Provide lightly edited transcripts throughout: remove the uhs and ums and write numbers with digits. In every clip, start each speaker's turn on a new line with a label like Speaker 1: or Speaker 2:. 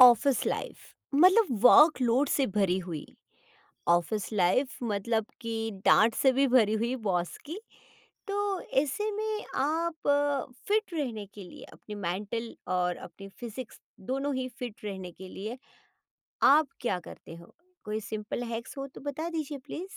Speaker 1: Office life मतलब workload से भरी हुई। ऑफिस लाइफ मतलब कि डांट से भी भरी हुई बॉस की। तो ऐसे में आप फिट रहने के लिए, अपनी मेंटल और अपनी फिजिक्स, दोनों ही फिट रहने के लिए आप क्या करते हो? कोई सिंपल हैक्स हो तो बता दीजिए, प्लीज।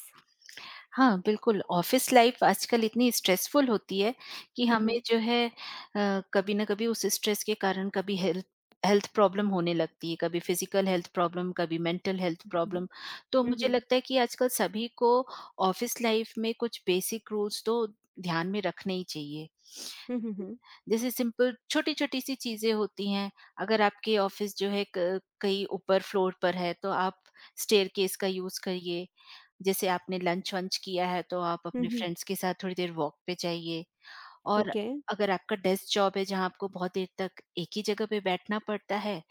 Speaker 2: हाँ, बिल्कुल, ऑफ़िस लाइफ़ आजकल इतनी स्ट्रेसफुल होती है कि
Speaker 1: हम्म।
Speaker 2: हमें जो है कभी न कभी उस स्ट्रेस के कारण कभी हेल्थ हेल्थ प्रॉब्लम होने लगती है, कभी फ़िज़िकल हेल्थ प्रॉब्लम, कभी मेंटल हेल्थ
Speaker 1: हम्म।
Speaker 2: प्रॉब्लम। तो मुझे
Speaker 1: हम्म।
Speaker 2: लगता है कि आजकल सभी को ऑफ़िस लाइफ़ में कुछ बेसिक रूल्स तो ध्यान में रखने ही चाहिए।
Speaker 1: हम्म। हम्म।
Speaker 2: जैसे सिंपल छोटी-छोटी सी चीज़ें होती हैं। अगर आपके ऑफ़िस जो है क कहीं ऊपर फ्लोर पर है, तो आप स्टेयरकेस का यूज़ करिए। जैसे आपने लंच-वंच किया है तो आप अपने
Speaker 1: हम्म।
Speaker 2: फ्रेंड्स के साथ थोड़ी देर वॉक पे जाइए। और
Speaker 1: ओके।
Speaker 2: अगर आपका डेस्क जॉब है जहाँ आपको बहुत देर तक एक ही जगह पे बैठना पड़ता है,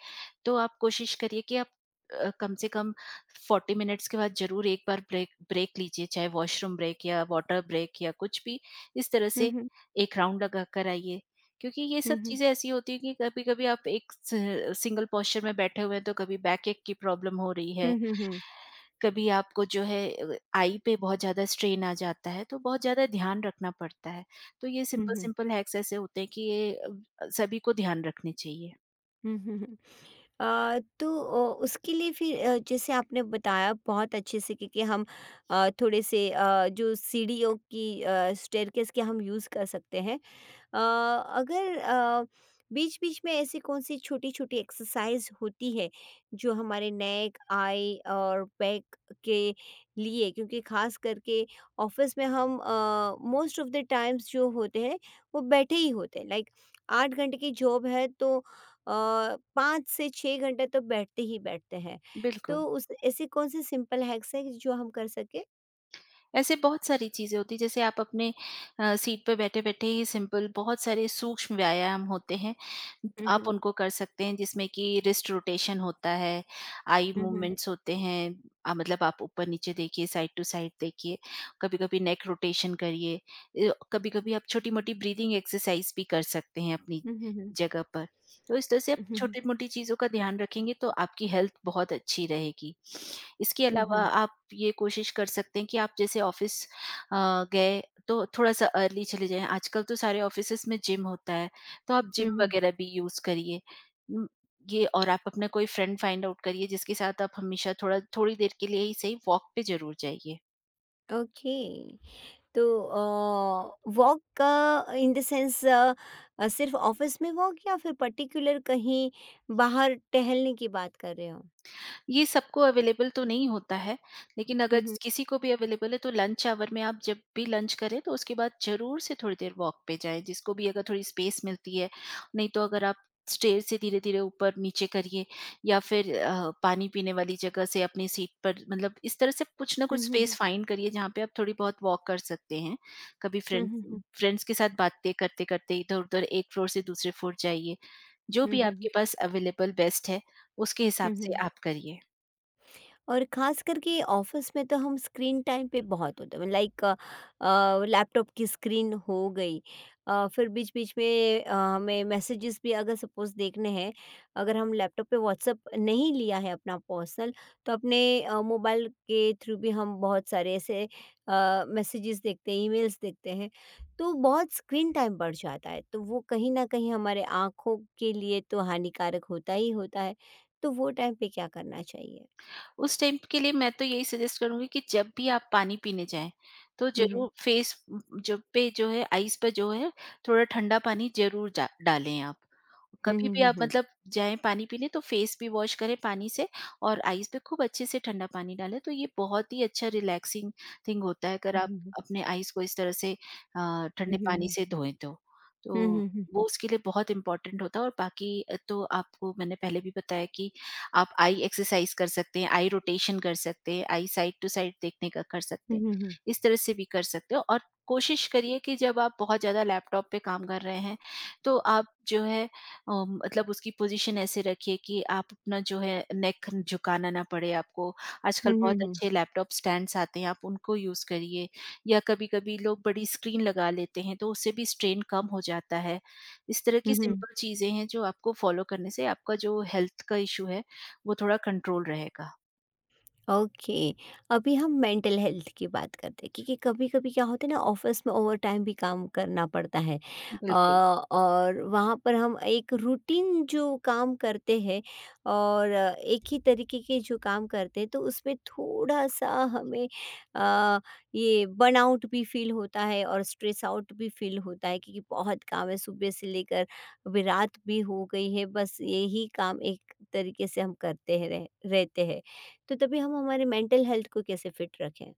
Speaker 2: तो आप कोशिश करिए कि आप कम से कम 40 मिनट्स के बाद ज़रूर एक बार ब्रेक ब्रेक लीजिए, चाहे वॉशरूम ब्रेक या वाटर ब्रेक या कुछ भी। इस तरह
Speaker 1: हम्म।
Speaker 2: से
Speaker 1: हम्म।
Speaker 2: एक राउंड लगा कर आइए, क्योंकि ये सब
Speaker 1: हम्म।
Speaker 2: चीज़ें ऐसी होती हैं कि कभी-कभी आप एक स सिंगल पोस्चर में बैठे हुए हैं तो कभी बैकएक की प्रॉब्लम हो रही है,
Speaker 1: हम्म। हम्म।
Speaker 2: कभी आपको जो है आई पे बहुत ज़्यादा स्ट्रेन आ जाता है, तो बहुत ज़्यादा ध्यान रखना पड़ता है। तो ये सिंपल-सिंपल हैक्स ऐसे होते हैं कि ये सभी को ध्यान रखने चाहिए।
Speaker 1: हम्म। हम्म। तो उसके लिए फिर जैसे आपने बताया, बहुत अच्छे से क्योंकि हम थोड़े से जो सीढ़ियों की स्टेयरकेस के हम यूज़ कर सकते हैं। अगर बीच-बीच में ऐसी कौन-सी छोटी-छोटी एक्सरसाइज़ होती है, जो हमारे नेक, आई और बैक के लिए, क्योंकि ख़ास करके ऑफ़िस में हम मोस्ट ऑफ़ द टाइम्स जो होते हैं, वो बैठे ही होते हैं। लाइक 8 घंटे की जॉब है तो 5 से 6 घंटे तो बैठते ही बैठते हैं।
Speaker 2: बिल्कुल।
Speaker 1: तो उस ऐसी कौन-सी सिंपल हैक्स है जो हम कर सकें?
Speaker 2: ऐसे बहुत सारी चीज़ें होती हैं, जैसे आप अपने सीट पे बैठे-बैठे ही सिंपल बहुत सारे सूक्ष्म व्यायाम होते हैं।
Speaker 1: हुँ,
Speaker 2: आप
Speaker 1: हुँ।
Speaker 2: उनको कर सकते हैं, जिसमें कि रिस्ट रोटेशन होता है, आई
Speaker 1: हुँ, हुँ।
Speaker 2: मूवमेंट्स होते हैं। मतलब आप ऊपर-नीचे देखिए, साइड टू साइड देखिए, कभी-कभी नेक रोटेशन करिए। कभी-कभी आप छोटी-मोटी ब्रीदिंग एक्सरसाइज भी कर सकते हैं अपनी
Speaker 1: हुँ, हुँ, हुँ।
Speaker 2: जगह पर। तो इस तरह से आप
Speaker 1: हुँ, हुँ।
Speaker 2: छोटी-मोटी चीज़ों का ध्यान रखेंगे तो आपकी हेल्थ बहुत अच्छी रहेगी। इसके
Speaker 1: हुँ,
Speaker 2: अलावा
Speaker 1: हुँ।
Speaker 2: आप ये कोशिश कर सकते हैं कि आप जैसे ऑफिस गए तो थोड़ा-सा अर्ली चले जाएँ। आजकल तो सारे ऑफिसेज़ में जिम होता है, तो आप
Speaker 1: हुँ,
Speaker 2: जिम
Speaker 1: हुँ।
Speaker 2: वगैरह भी यूज़ करिए। उम, ये, और आप अपना कोई फ्रेंड फाइंड आउट करिए जिसके साथ आप हमेशा थोड़ा थोड़ी देर के लिए ही सही वॉक पे ज़रूर जाइए।
Speaker 1: ओके। तो वॉक का, इन द सेंस, सिर्फ ऑफिस में वॉक या फिर पर्टिकुलर कहीं बाहर टहलने की बात कर रहे हो?
Speaker 2: ये सबको अवेलेबल तो नहीं होता है, लेकिन
Speaker 1: हुँ,
Speaker 2: अगर
Speaker 1: हुँ।
Speaker 2: किसी को भी अवेलेबल है तो लंच आवर में आप जब भी लंच करें तो उसके बाद ज़रूर से थोड़ी देर वॉक पे जाएँ, जिसको भी अगर थोड़ी स्पेस मिलती है। नहीं तो अगर आप स्टेयर से धीरे-धीरे ऊपर-नीचे करिए या फिर पानी पीने वाली जगह से अपनी सीट पर, मतलब इस तरह से कुछ ना
Speaker 1: हुँ,
Speaker 2: कुछ
Speaker 1: हुँ, हुँ।
Speaker 2: स्पेस फाइंड करिए जहाँ पे आप थोड़ी बहुत वॉक कर सकते हैं। कभी
Speaker 1: हुँ,
Speaker 2: फ्रेंड्स
Speaker 1: हुँ, हुँ।
Speaker 2: फ्रेंड्स के साथ बातें करते-करते इधर-उधर एक फ्लोर से दूसरे फ्लोर जाइए। जो
Speaker 1: हुँ,
Speaker 2: भी
Speaker 1: हुँ, हुँ।
Speaker 2: आपके पास अवेलेबल बेस्ट है, उसके हिसाब
Speaker 1: हुँ, हुँ,
Speaker 2: से
Speaker 1: हुँ।
Speaker 2: आप करिए।
Speaker 1: और खास करके ऑफिस में तो हम स्क्रीन टाइम पे बहुत होते हैं, लाइक लैपटॉप की स्क्रीन हो गई, फिर बीच बीच में हमें मैसेजेस भी अगर सपोज देखने हैं, अगर हम लैपटॉप पे व्हाट्सअप नहीं लिया है अपना पर्सनल, तो अपने मोबाइल के थ्रू भी हम बहुत सारे ऐसे मैसेजेस देखते हैं, ईमेल्स देखते हैं, तो बहुत स्क्रीन टाइम बढ़ जाता है। तो वो कहीं ना कहीं हमारे आँखों के लिए तो हानिकारक होता ही होता है। तो वो टाइम पे क्या करना चाहिए?
Speaker 2: उस टाइम के लिए मैं तो यही सजेस्ट करूँगी कि जब भी आप पानी पीने जाएँ, तो ज़रूर फेस, जब पे जो है आइस पे जो है, थोड़ा ठंडा पानी ज़रूर जा डालें आप।
Speaker 1: हुँ,
Speaker 2: कभी
Speaker 1: हुँ,
Speaker 2: भी
Speaker 1: हुँ,
Speaker 2: आप,
Speaker 1: हुँ।
Speaker 2: मतलब, जाएँ पानी पीने तो फेस भी वॉश करें पानी से और आइस पे खूब अच्छे से ठंडा पानी डालें, तो ये बहुत ही अच्छा रिलैक्सिंग थिंग होता है अगर आप
Speaker 1: हुँ, हुँ,
Speaker 2: अपने आइस को इस तरह से ठंडे पानी
Speaker 1: हुँ।
Speaker 2: से धोएँ तो।
Speaker 1: हुँ,
Speaker 2: तो
Speaker 1: हुँ,
Speaker 2: वो
Speaker 1: हुँ।
Speaker 2: उसके लिए बहुत इम्पोर्टेंट होता है, और बाकी तो आपको मैंने पहले भी बताया कि आप आई एक्सरसाइज कर सकते हैं, आई रोटेशन कर सकते हैं, आई साइड टू साइड देखने का कर सकते
Speaker 1: हुँ, हुँ,
Speaker 2: हैं।
Speaker 1: हुँ। हुँ, हुँ, हुँ।
Speaker 2: इस तरह से भी कर सकते हो। और कोशिश करिए कि जब आप बहुत ज़्यादा लैपटॉप पे काम कर रहे हैं, तो आप जो है मतलब उसकी पोज़ीशन ऐसे रखिए कि आप अपना जो है नेक झुकाना ना पड़े आपको।
Speaker 1: हुँ,
Speaker 2: आजकल
Speaker 1: हुँ,
Speaker 2: बहुत
Speaker 1: हुँ।
Speaker 2: अच्छे लैपटॉप स्टैंड्स आते हैं, आप उनको यूज़ करिए, या कभी-कभी लोग बड़ी स्क्रीन लगा लेते हैं, तो उससे भी स्ट्रेन कम हो जाता है। इस तरह
Speaker 1: हुँ,
Speaker 2: की
Speaker 1: हुँ।
Speaker 2: सिंपल चीज़ें हैं, जो आपको फ़ॉलो करने से आपका जो हेल्थ का इश्यू है वो थोड़ा कंट्रोल रहेगा।
Speaker 1: ओके। अभी हम मेंटल हेल्थ की बात करते हैं, क्योंकि कभी कभी क्या होता है ना, ऑफिस में ओवर टाइम भी काम करना पड़ता है।
Speaker 2: बिल्कुल।
Speaker 1: और वहाँ पर हम एक रूटीन जो काम करते हैं और एक ही तरीके के जो काम करते हैं, तो उसमें थोड़ा सा हमें, अ, ये बर्नआउट भी फील होता है और स्ट्रेस आउट भी फील होता है, क्योंकि बहुत काम है सुबह से लेकर। अभी रात भी हो गई है, बस यही काम एक तरीके से हम करते हैं रहते हैं। तो तभी हम हमारे मेंटल हेल्थ को कैसे फिट रखें?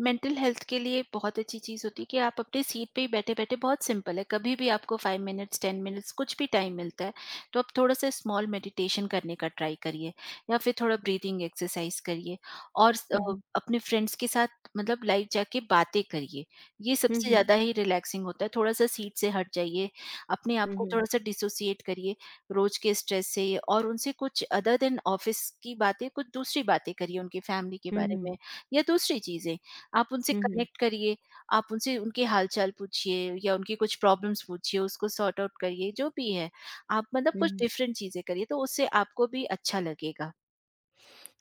Speaker 2: मेंटल हेल्थ के लिए बहुत अच्छी चीज़ होती है कि आप अपनी सीट पे ही बैठे-बैठे, बहुत सिंपल है, कभी भी आपको 5 मिनट्स, 10 मिनट्स कुछ भी टाइम मिलता है, तो आप थोड़ा-सा स्मॉल मेडिटेशन करने का ट्राई करिए या फिर थोड़ा ब्रीथिंग एक्सरसाइज करिए और
Speaker 1: हुँ, हुँ।
Speaker 2: अपने फ्रेंड्स के साथ, मतलब, लाइव जाके बातें करिए। ये
Speaker 1: हुँ,
Speaker 2: सबसे
Speaker 1: हुँ।
Speaker 2: ज़्यादा ही रिलैक्सिंग होता है, थोड़ा-सा सीट से हट जाइए, अपने आप
Speaker 1: हुँ,
Speaker 2: को
Speaker 1: हुँ।
Speaker 2: थोड़ा-सा डिसोसिएट करिए रोज़ के स्ट्रेस से, और उनसे कुछ अदर देन ऑफ़िस की बातें, कुछ दूसरी बातें करिए, उनकी फैमिली के
Speaker 1: हुँ,
Speaker 2: बारे
Speaker 1: हुँ।
Speaker 2: में या दूसरी चीज़ें। आप उनसे
Speaker 1: हुँ, हुँ।
Speaker 2: कनेक्ट करिए, आप उनसे उनके हालचाल पूछिए या उनकी कुछ प्रॉब्लम्स पूछिए, उसको सॉर्ट आउट करिए, जो भी है। आप, मतलब,
Speaker 1: हुँ,
Speaker 2: कुछ
Speaker 1: हुँ।
Speaker 2: डिफरेंट चीज़ें करिए, तो उससे आपको भी अच्छा लगेगा।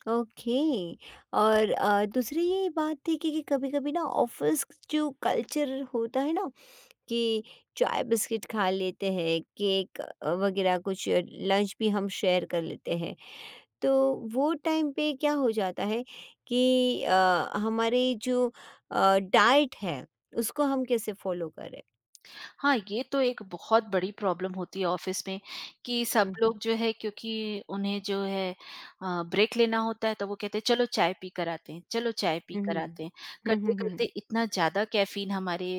Speaker 1: ओके। और दूसरी ये बात थी कि कभी-कभी ना ऑफ़िस जो कल्चर होता है ना, कि चाय बिस्किट खा लेते हैं, केक वगैरह, कुछ लंच भी हम शेयर कर लेते हैं। तो वो टाइम पे क्या हो जाता है कि हमारी जो डाइट है, उसको हम कैसे फ़ॉलो करें?
Speaker 2: हाँ, ये तो एक बहुत बड़ी प्रॉब्लम होती है ऑफिस में कि सब
Speaker 1: हुँ, हुँ।
Speaker 2: लोग जो है, क्योंकि उन्हें जो है ब्रेक लेना होता है तो वो कहते हैं चलो चाय पी कर आते हैं, चलो चाय पी
Speaker 1: हुँ,
Speaker 2: कर
Speaker 1: हुँ।
Speaker 2: आते हैं।
Speaker 1: हुँ, हुँ,
Speaker 2: करते-करते
Speaker 1: हुँ।
Speaker 2: इतना ज़्यादा कैफ़ीन हमारे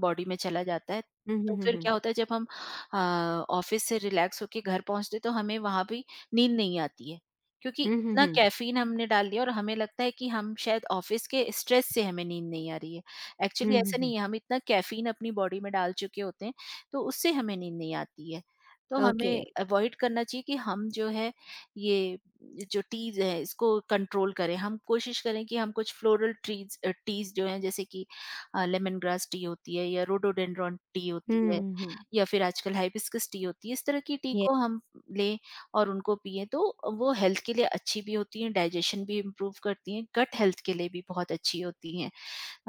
Speaker 2: बॉडी में चला जाता है,
Speaker 1: హ్మ్.
Speaker 2: तो
Speaker 1: హ్మ్.
Speaker 2: फिर
Speaker 1: హ్మ్.
Speaker 2: क्या होता है जब हम अ, ऑफिस से रिलैक्स होके घर पहुँचते हैं तो हमें वहाँ भी नींद नहीं आती है। क्योंकि
Speaker 1: హ్మ్. హ్మ్. హ్మ్.
Speaker 2: इतना
Speaker 1: హ్మ్.
Speaker 2: कैफ़ीन हमने डाल दिया और हमें लगता है कि हम शायद ऑफिस के स्ट्रेस से हमें नींद नहीं आ रही है। एक्चुअली
Speaker 1: హ్మ్. హ్మ్.
Speaker 2: ऐसा
Speaker 1: హ్మ్.
Speaker 2: नहीं है, हम इतना कैफ़ीन अपनी बॉडी में डाल चुके होते हैं तो उससे हमें नींद नहीं आती है। तो
Speaker 1: ఓకే.
Speaker 2: हमें अवॉइड करना चाहिए कि हम जो है ये जो टीज़ है इसको कंट्रोल करें। हम कोशिश करें कि हम कुछ फ्लोरल टीज़ जो हैं, जैसे कि लेमन ग्रास टी होती है, या रोडोडेंड्रॉन टी होती
Speaker 1: హ్మ్.
Speaker 2: है,
Speaker 1: హ్మ్. హ్మ్.
Speaker 2: या फिर आजकल हिबिस्कस टी होती है। इस तरह की टी
Speaker 1: ये
Speaker 2: को हम लें और उनको पिएँ तो वो हेल्थ के लिए अच्छी भी होती हैं, डाइजेशन भी इम्प्रूव करती हैं, गट हेल्थ के लिए भी बहुत अच्छी होती हैं।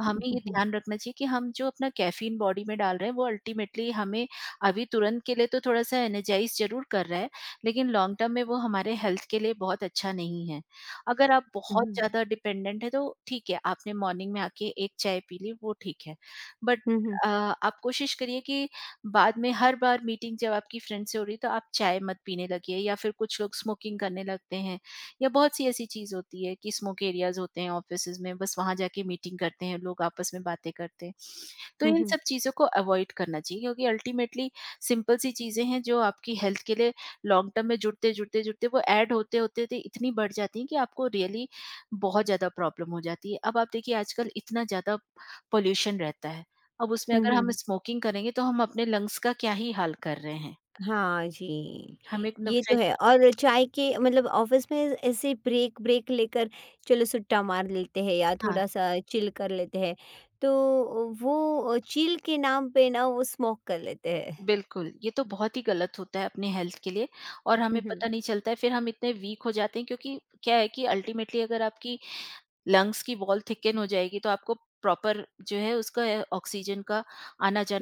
Speaker 2: हमें ये ध्यान रखना चाहिए कि हम जो अपना कैफीन बॉडी में डाल रहे हैं वो अल्टीमेटली हमें अभी तुरंत के लिए तो थोड़ा-सा एनर्जाइज़ ज़रूर कर रहा है, लेकिन लॉन्ग टर्म में वो हमारे हेल्थ के लिए बहुत अच्छा नहीं है। अगर आप
Speaker 1: हुँ,
Speaker 2: बहुत
Speaker 1: हुँ,
Speaker 2: ज़्यादा डिपेंडेंट हैं तो ठीक है, आपने मॉर्निंग में आके 1 चाय पी ली वो ठीक है। बट
Speaker 1: हुँ, हुँ, हुँ,
Speaker 2: अ, आप कोशिश करिए कि बाद में हर बार मीटिंग जब आपकी फ्रेंड से हो रही है तो आप चाय मत पीने लगिए, या फिर कुछ लोग स्मोकिंग करने लगते हैं। या बहुत सी ऐसी चीज़ होती है कि स्मोक एरियाज़ होते हैं ऑफ़िसेज़ में, बस वहाँ जाके मीटिंग करते हैं लोग, आपस में बातें करते हैं। तो
Speaker 1: हुँ, हुँ,
Speaker 2: इन
Speaker 1: हुँ,
Speaker 2: सब चीज़ों को अवॉइड करना चाहिए, क्योंकि अल्टीमेटली सिंपल सी चीज़ें हैं जो आपकी हेल्थ के लिए लॉन्ग टर्म में जुड़ते, जुड़ते, जुड़ते, वो ऐड होते, होते, होते इतनी बढ़ जाती हैं कि आपको रियली बहुत ज़्यादा प्रॉब्लम हो जाती है। अब आप देखिए आजकल इतना ज़्यादा पॉल्यूशन रहता है, अब उसमें
Speaker 1: हुँ,
Speaker 2: अगर
Speaker 1: हुँ,
Speaker 2: हम
Speaker 1: हुँ।
Speaker 2: स्मोकिंग करेंगे तो हम अपने लंग्स का क्या ही हाल कर रहे हैं।
Speaker 1: हाँ जी,
Speaker 2: हमें एक न
Speaker 1: ये तो
Speaker 2: फ्रेश
Speaker 1: है। और चाय के मतलब ऑफ़िस में ऐसे ब्रेक ब्रेक लेकर, चलो सुट्टा मार लेते हैं या
Speaker 2: हाँ।
Speaker 1: थोड़ा-सा चिल कर लेते हैं, तो वो चिल के नाम पे ना वो स्मोक कर लेते हैं।
Speaker 2: बिल्कुल, ये तो बहुत ही गलत होता है अपने हेल्थ के लिए, और
Speaker 1: हुँ,
Speaker 2: हमें
Speaker 1: हुँ,
Speaker 2: पता नहीं चलता है, फिर हम इतने वीक हो जाते हैं, क्योंकि क्या है कि अल्टीमेटली अगर आपकी लंग्स की वॉल थिकन हो जाएगी तो आपको प्रॉपर जो है उसका ऑक्सीजन का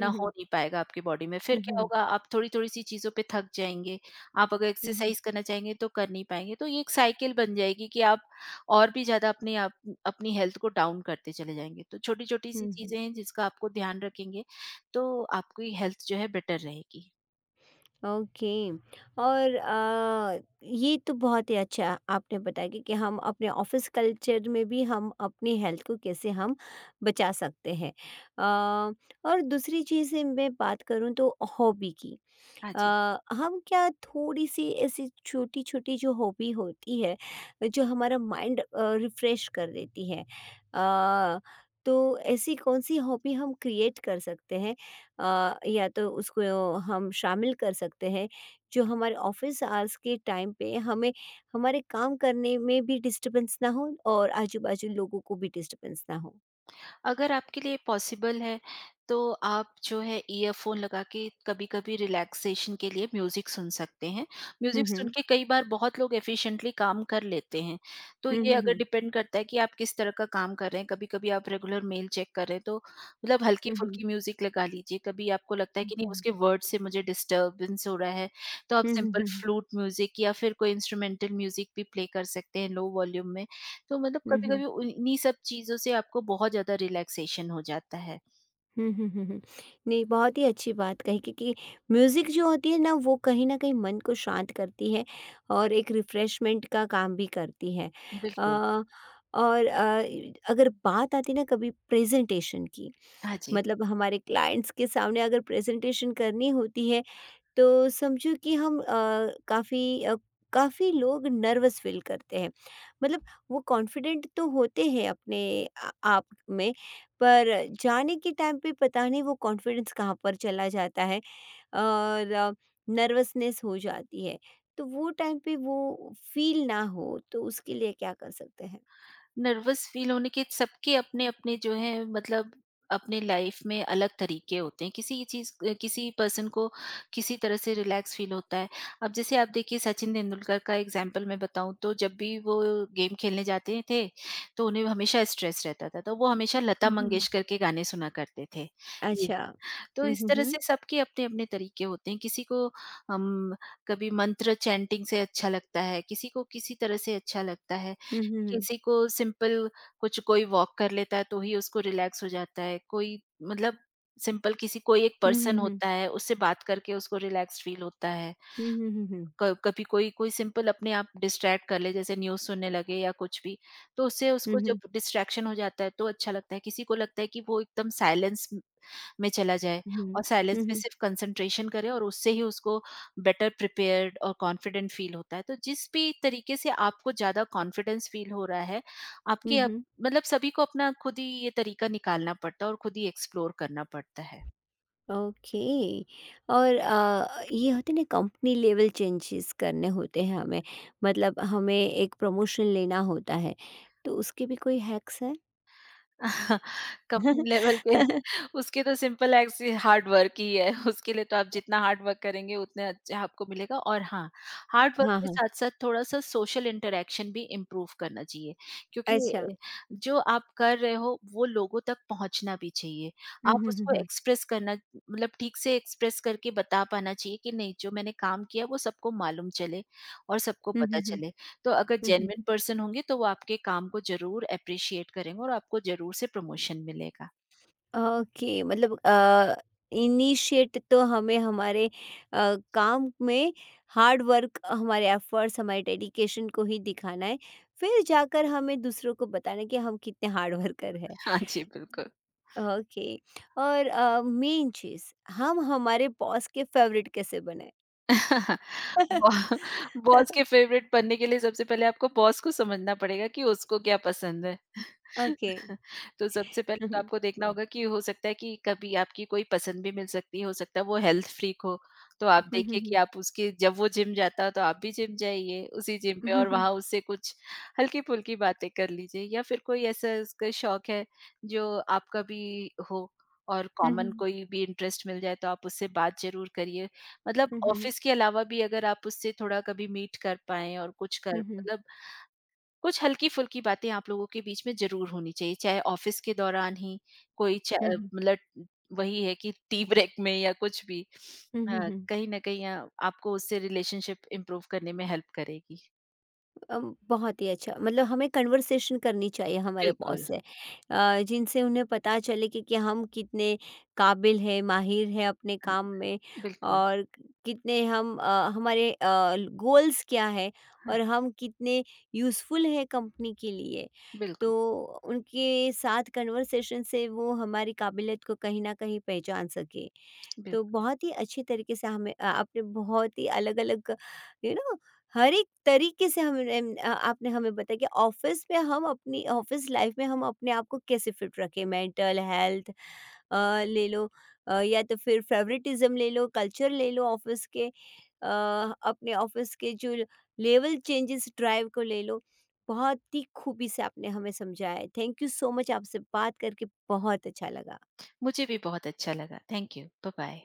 Speaker 1: हुँ,
Speaker 2: हो
Speaker 1: हुँ,
Speaker 2: नहीं पाएगा आपकी बॉडी में। फिर
Speaker 1: हुँ,
Speaker 2: क्या
Speaker 1: हुँ,
Speaker 2: होगा, आप थोड़ी-थोड़ी सी चीज़ों पे थक जाएँगे। आप अगर
Speaker 1: हुँ, हुँ,
Speaker 2: एक्सरसाइज़ करना चाहेंगे तो कर नहीं पाएँगे। तो ये एक साइकिल बन जाएगी कि आप और भी ज़्यादा अपने आप अपनी हेल्थ को डाउन करते चले जाएँगे। तो छोटी-छोटी सी
Speaker 1: हुँ, हुँ।
Speaker 2: चीज़ें हैं जिसका आपको ध्यान रखेंगे तो आपकी हेल्थ जो है बेटर रहेगी।
Speaker 1: ओके। और ये तो बहुत ही अच्छा आपने बताया कि, हम अपने ऑफिस कल्चर में भी हम अपनी हेल्थ को कैसे हम बचा सकते हैं। आ, और दूसरी चीज़ मैं बात करूँ तो हॉबी की।
Speaker 2: हाँ
Speaker 1: अ,
Speaker 2: जी।
Speaker 1: हम क्या थोड़ी-सी ऐसी छोटी-छोटी जो हॉबी होती है, जो हमारा माइंड रिफ़्रेश कर देती है। अ, तो ऐसी कौन-सी हॉबी हम क्रिएट कर सकते हैं, या तो उसको हम शामिल कर सकते हैं, जो हमारे ऑफ़िस आवर्स के टाइम पे हमें हमारे काम करने में भी डिस्टर्बेंस ना हो और आजू-बाजू लोगों को भी डिस्टर्बेंस ना हो?
Speaker 2: अगर आपके लिए पॉसिबल है तो आप जो है ईयरफोन लगा के कभी-कभी रिलैक्सेशन के लिए म्यूजिक सुन सकते हैं।
Speaker 1: हुँ,
Speaker 2: म्यूजिक सुन
Speaker 1: हुँ।
Speaker 2: के कई बार बहुत लोग एफिशिएंटली काम कर लेते हैं। तो
Speaker 1: हुँ,
Speaker 2: ये
Speaker 1: हुँ,
Speaker 2: अगर
Speaker 1: हुँ।
Speaker 2: डिपेंड करता है कि आप किस तरह का काम कर रहे हैं। कभी-कभी आप रेगुलर मेल चेक कर रहे हैं तो, मतलब,
Speaker 1: हुँ, हुँ।
Speaker 2: हल्की-फुल्की म्यूजिक लगा लीजिए। कभी आपको लगता है
Speaker 1: हुँ,
Speaker 2: कि नहीं
Speaker 1: हुँ।
Speaker 2: उसके वर्ड से मुझे डिस्टर्बेंस हो रहा है, तो आप
Speaker 1: हुँ, हुँ,
Speaker 2: सिंपल
Speaker 1: हुँ, हुँ।
Speaker 2: फ्लूट म्यूजिक या फिर कोई इंस्ट्रूमेंटल म्यूजिक भी प्ले कर सकते हैं लो वॉल्यूम में। तो, मतलब,
Speaker 1: हुँ, हुँ।
Speaker 2: कभी-कभी उन इन्हीं सब चीज़ों से आपको बहुत ज़्यादा रिलैक्सेशन हो जाता है।
Speaker 1: हुँ, हुँ, हुँ, हुँ। नहीं, बहुत ही अच्छी बात कही, क्योंकि म्यूज़िक जो होती है ना, वो कहीं न कहीं मन को शांत करती है और एक रिफ़्रेशमेंट का काम भी करती है।
Speaker 2: बिल्कुल।
Speaker 1: अ, और अगर बात आती है ना कभी प्रेज़ेंटेशन की,
Speaker 2: हाँ जी।
Speaker 1: मतलब हमारे क्लाइंट्स के सामने अगर प्रेज़ेंटेशन करनी होती है, तो समझो कि हम काफ़ी अ, काफ़ी लोग नर्वस फ़ील करते हैं। मतलब वो कॉन्फिडेंट तो होते हैं अपने आ आप में, पर जाने के टाइम पे पता नहीं वो कॉन्फिडेंस कहाँ पर चला जाता है और नर्वसनेस हो जाती है। तो वो टाइम पे वो फ़ील ना हो, तो उसके लिए क्या कर सकते हैं?
Speaker 2: नर्वस फ़ील होने के सबके अपने-अपने जो हैं, मतलब अपने लाइफ़ में अलग तरीके होते हैं। किसी पर्सन को किसी तरह से रिलैक्स फ़ील होता है। अब जैसे आप देखिए सचिन तेंदुलकर का एग्ज़ाम्पल मैं बताऊँ तो जब भी वो गेम खेलने जाते थे, तो उन्हें हमेशा स्ट्रेस रहता था। तो वो हमेशा लता
Speaker 1: हुँ, हुँ, हुँ।
Speaker 2: मंगेशकर के गाने सुना करते थे। ये
Speaker 1: अच्छा।
Speaker 2: तो
Speaker 1: हुँ,
Speaker 2: इस
Speaker 1: हुँ,
Speaker 2: तरह
Speaker 1: हुँ।
Speaker 2: से सबके अपने-अपने तरीके होते हैं। किसी को हम कभी मंत्र चैंटिंग से अच्छा लगता है, किसी को किसी तरह से अच्छा लगता है,
Speaker 1: हुँ, हुँ, हुँ।
Speaker 2: किसी को सिंपल कुछ कोई वॉक कर लेता है तो ही उसको रिलैक्स हो जाता है, कोई, मतलब, सिंपल किसी कोई एक पर्सन
Speaker 1: हुँ,
Speaker 2: होता है उससे बात करके उसको रिलैक्स फील होता है।
Speaker 1: हुँ, हुँ।
Speaker 2: क कभी कोई कोई सिंपल अपने आप डिस्ट्रैक्ट कर ले, जैसे न्यूज़ सुनने लगे या कुछ भी, तो उससे
Speaker 1: हुँ,
Speaker 2: उसको
Speaker 1: हुँ, हुँ, हुँ।
Speaker 2: जब डिस्ट्रैक्शन हो जाता है तो अच्छा लगता है। किसी को लगता है कि वो एकदम साइलेंस म में चला जाए
Speaker 1: हुँ, हुँ, हुँ।
Speaker 2: और
Speaker 1: हुँ,
Speaker 2: साइलेंस में
Speaker 1: हुँ।
Speaker 2: सिर्फ़ कंसंट्रेशन करे और उससे ही उसको बेटर प्रिपेयर्ड और कॉन्फिडेंट फ़ील होता है। तो जिस भी तरीके से आपको ज़्यादा कॉन्फिडेंस फ़ील हो रहा है,
Speaker 1: हुँ,
Speaker 2: आपके अप
Speaker 1: हुँ।
Speaker 2: मतलब सभी को अपना खुद ही ये तरीका निकालना पड़ता है और खुद ही एक्सप्लोर करना पड़ता है।
Speaker 1: ओके। और ये होते हैं ना, कंपनी लेवल चेंजेस करने होते हैं हमें, मतलब हमें एक प्रमोशन लेना होता है, तो उसके भी कोई हैक्स है?
Speaker 2: कंपनी लेवल के उसके तो सिंपल एक्स हार्ड वर्क ही है। उसके लिए तो आप जितना हार्ड वर्क करेंगे उतने अच्छे आपको मिलेगा, और हाँ, हार्ड वर्क
Speaker 1: हाँ
Speaker 2: के
Speaker 1: हाँ।
Speaker 2: साथ-साथ थोड़ा-सा सोशल इंटरैक्शन भी इम्प्रूव करना चाहिए। क्योंकि
Speaker 1: अच्छा।
Speaker 2: जो आप कर रहे हो वो लोगों तक पहुँचना भी चाहिए।
Speaker 1: हम्म।
Speaker 2: आप
Speaker 1: हम्म।
Speaker 2: उसको
Speaker 1: हम्म।
Speaker 2: एक्सप्रेस करना, मतलब, ठीक से एक्सप्रेस करके बता पाना चाहिए कि नहीं जो मैंने काम किया वो सबको मालूम चले और सबको
Speaker 1: हम्म।
Speaker 2: पता
Speaker 1: हम्म। हम्म।
Speaker 2: चले। तो अगर
Speaker 1: हम्म, हम्म।
Speaker 2: जेन्युइन पर्सन होंगे तो वो आपके काम को ज़रूर एप्रिशिएट करेंगे और आपको ज़रूर से प्रमोशन मिलेगा।
Speaker 1: ओके। मतलब इनिशिएट तो हमें हमारे काम में हार्ड वर्क, हमारे एफर्ट्स, हमारे डेडिकेशन को ही दिखाना है, फिर जाकर हमें दूसरों को बताना है कि हम कितने हार्ड वर्कर हैं।
Speaker 2: हाँ जी, बिल्कुल।
Speaker 1: ओके। और मेन चीज़, हम हमारे बॉस के फेवरेट कैसे बने?
Speaker 2: बॉ बॉस के फेवरेट बनने के लिए सबसे पहले आपको बॉस को समझना पड़ेगा कि उसको क्या पसंद है।
Speaker 1: ओके।
Speaker 2: तो सबसे पहले
Speaker 1: हुँ,
Speaker 2: तो
Speaker 1: हुँ।
Speaker 2: आपको देखना होगा कि हो सकता है कि कभी आपकी कोई पसंद भी मिल सकती है, हो सकता है वो हेल्थ फ्रीक हो। तो आप
Speaker 1: हुँ, हुँ,
Speaker 2: देखिए कि
Speaker 1: हुँ।
Speaker 2: आप उसके, जब वो जिम जाता हो तो आप भी जिम जाइए उसी जिम पे
Speaker 1: हुँ,
Speaker 2: और
Speaker 1: हुँ।
Speaker 2: वहाँ उससे कुछ हल्की-फुल्की बातें कर लीजिए, या फिर कोई ऐसा उसका शौक है जो आपका भी हो और
Speaker 1: हुँ,
Speaker 2: कॉमन
Speaker 1: हुँ।
Speaker 2: कोई भी इंटरेस्ट मिल जाए तो आप उससे बात ज़रूर करिए। मतलब
Speaker 1: हुँ, हुँ।
Speaker 2: ऑफ़िस के अलावा भी अगर आप उससे थोड़ा कभी मीट कर पाएँ और कुछ कर,
Speaker 1: हुँ, हुँ।
Speaker 2: मतलब, कुछ हल्की-फुल्की बातें आप लोगों के बीच में ज़रूर होनी चाहिए, चाहे ऑफ़िस के दौरान ही
Speaker 1: हुँ, हुँ।
Speaker 2: मतलब वही है कि टी ब्रेक में या कुछ भी।
Speaker 1: हुँ, हुँ,
Speaker 2: हाँ,
Speaker 1: हुँ।
Speaker 2: कहीं न कहीं आपको उससे रिलेशनशिप इम्प्रूव करने में हेल्प करेगी।
Speaker 1: बहुत ही अच्छा। मतलब हमें कन्वर्सेशन करनी चाहिए हमारे बॉस
Speaker 2: बिल्कुल,
Speaker 1: से, जिनसे उन्हें पता चले कि, हम कितने काबिल हैं, माहिर हैं अपने
Speaker 2: हाँ,
Speaker 1: काम में,
Speaker 2: बिल्कुल,
Speaker 1: और कितने हम हमारे गोल्स क्या है,
Speaker 2: हाँ,
Speaker 1: और हम कितने यूज़फुल हैं कंपनी के लिए। तो
Speaker 2: बिल्कुल,
Speaker 1: उनके साथ कन्वर्सेशन से वो हमारी काबिलियत को कहीं ना कहीं पहचान सके। तो
Speaker 2: बिल्कुल।
Speaker 1: बहुत ही अच्छी तरीके से हमें आपने बहुत ही अलग-अलग यू नो हर एक तरीके से हमने आपने हमें बताया कि ऑफ़िस में हम, अपनी ऑफ़िस लाइफ़ में हम अपने आप को कैसे फ़िट रखें, मेंटल हेल्थ ले लो, या तो फिर फेवरेटिज़्म ले लो, कल्चर ले लो ऑफ़िस के, अपने ऑफ़िस के जो लेवल चेंजेस ड्राइव को ले लो। बहुत ही खूबी से आपने हमें समझाया है। थैंक यू सो मच, आपसे बात करके बहुत अच्छा लगा।
Speaker 2: मुझे भी बहुत अच्छा लगा। Thank you. बाय-बाय।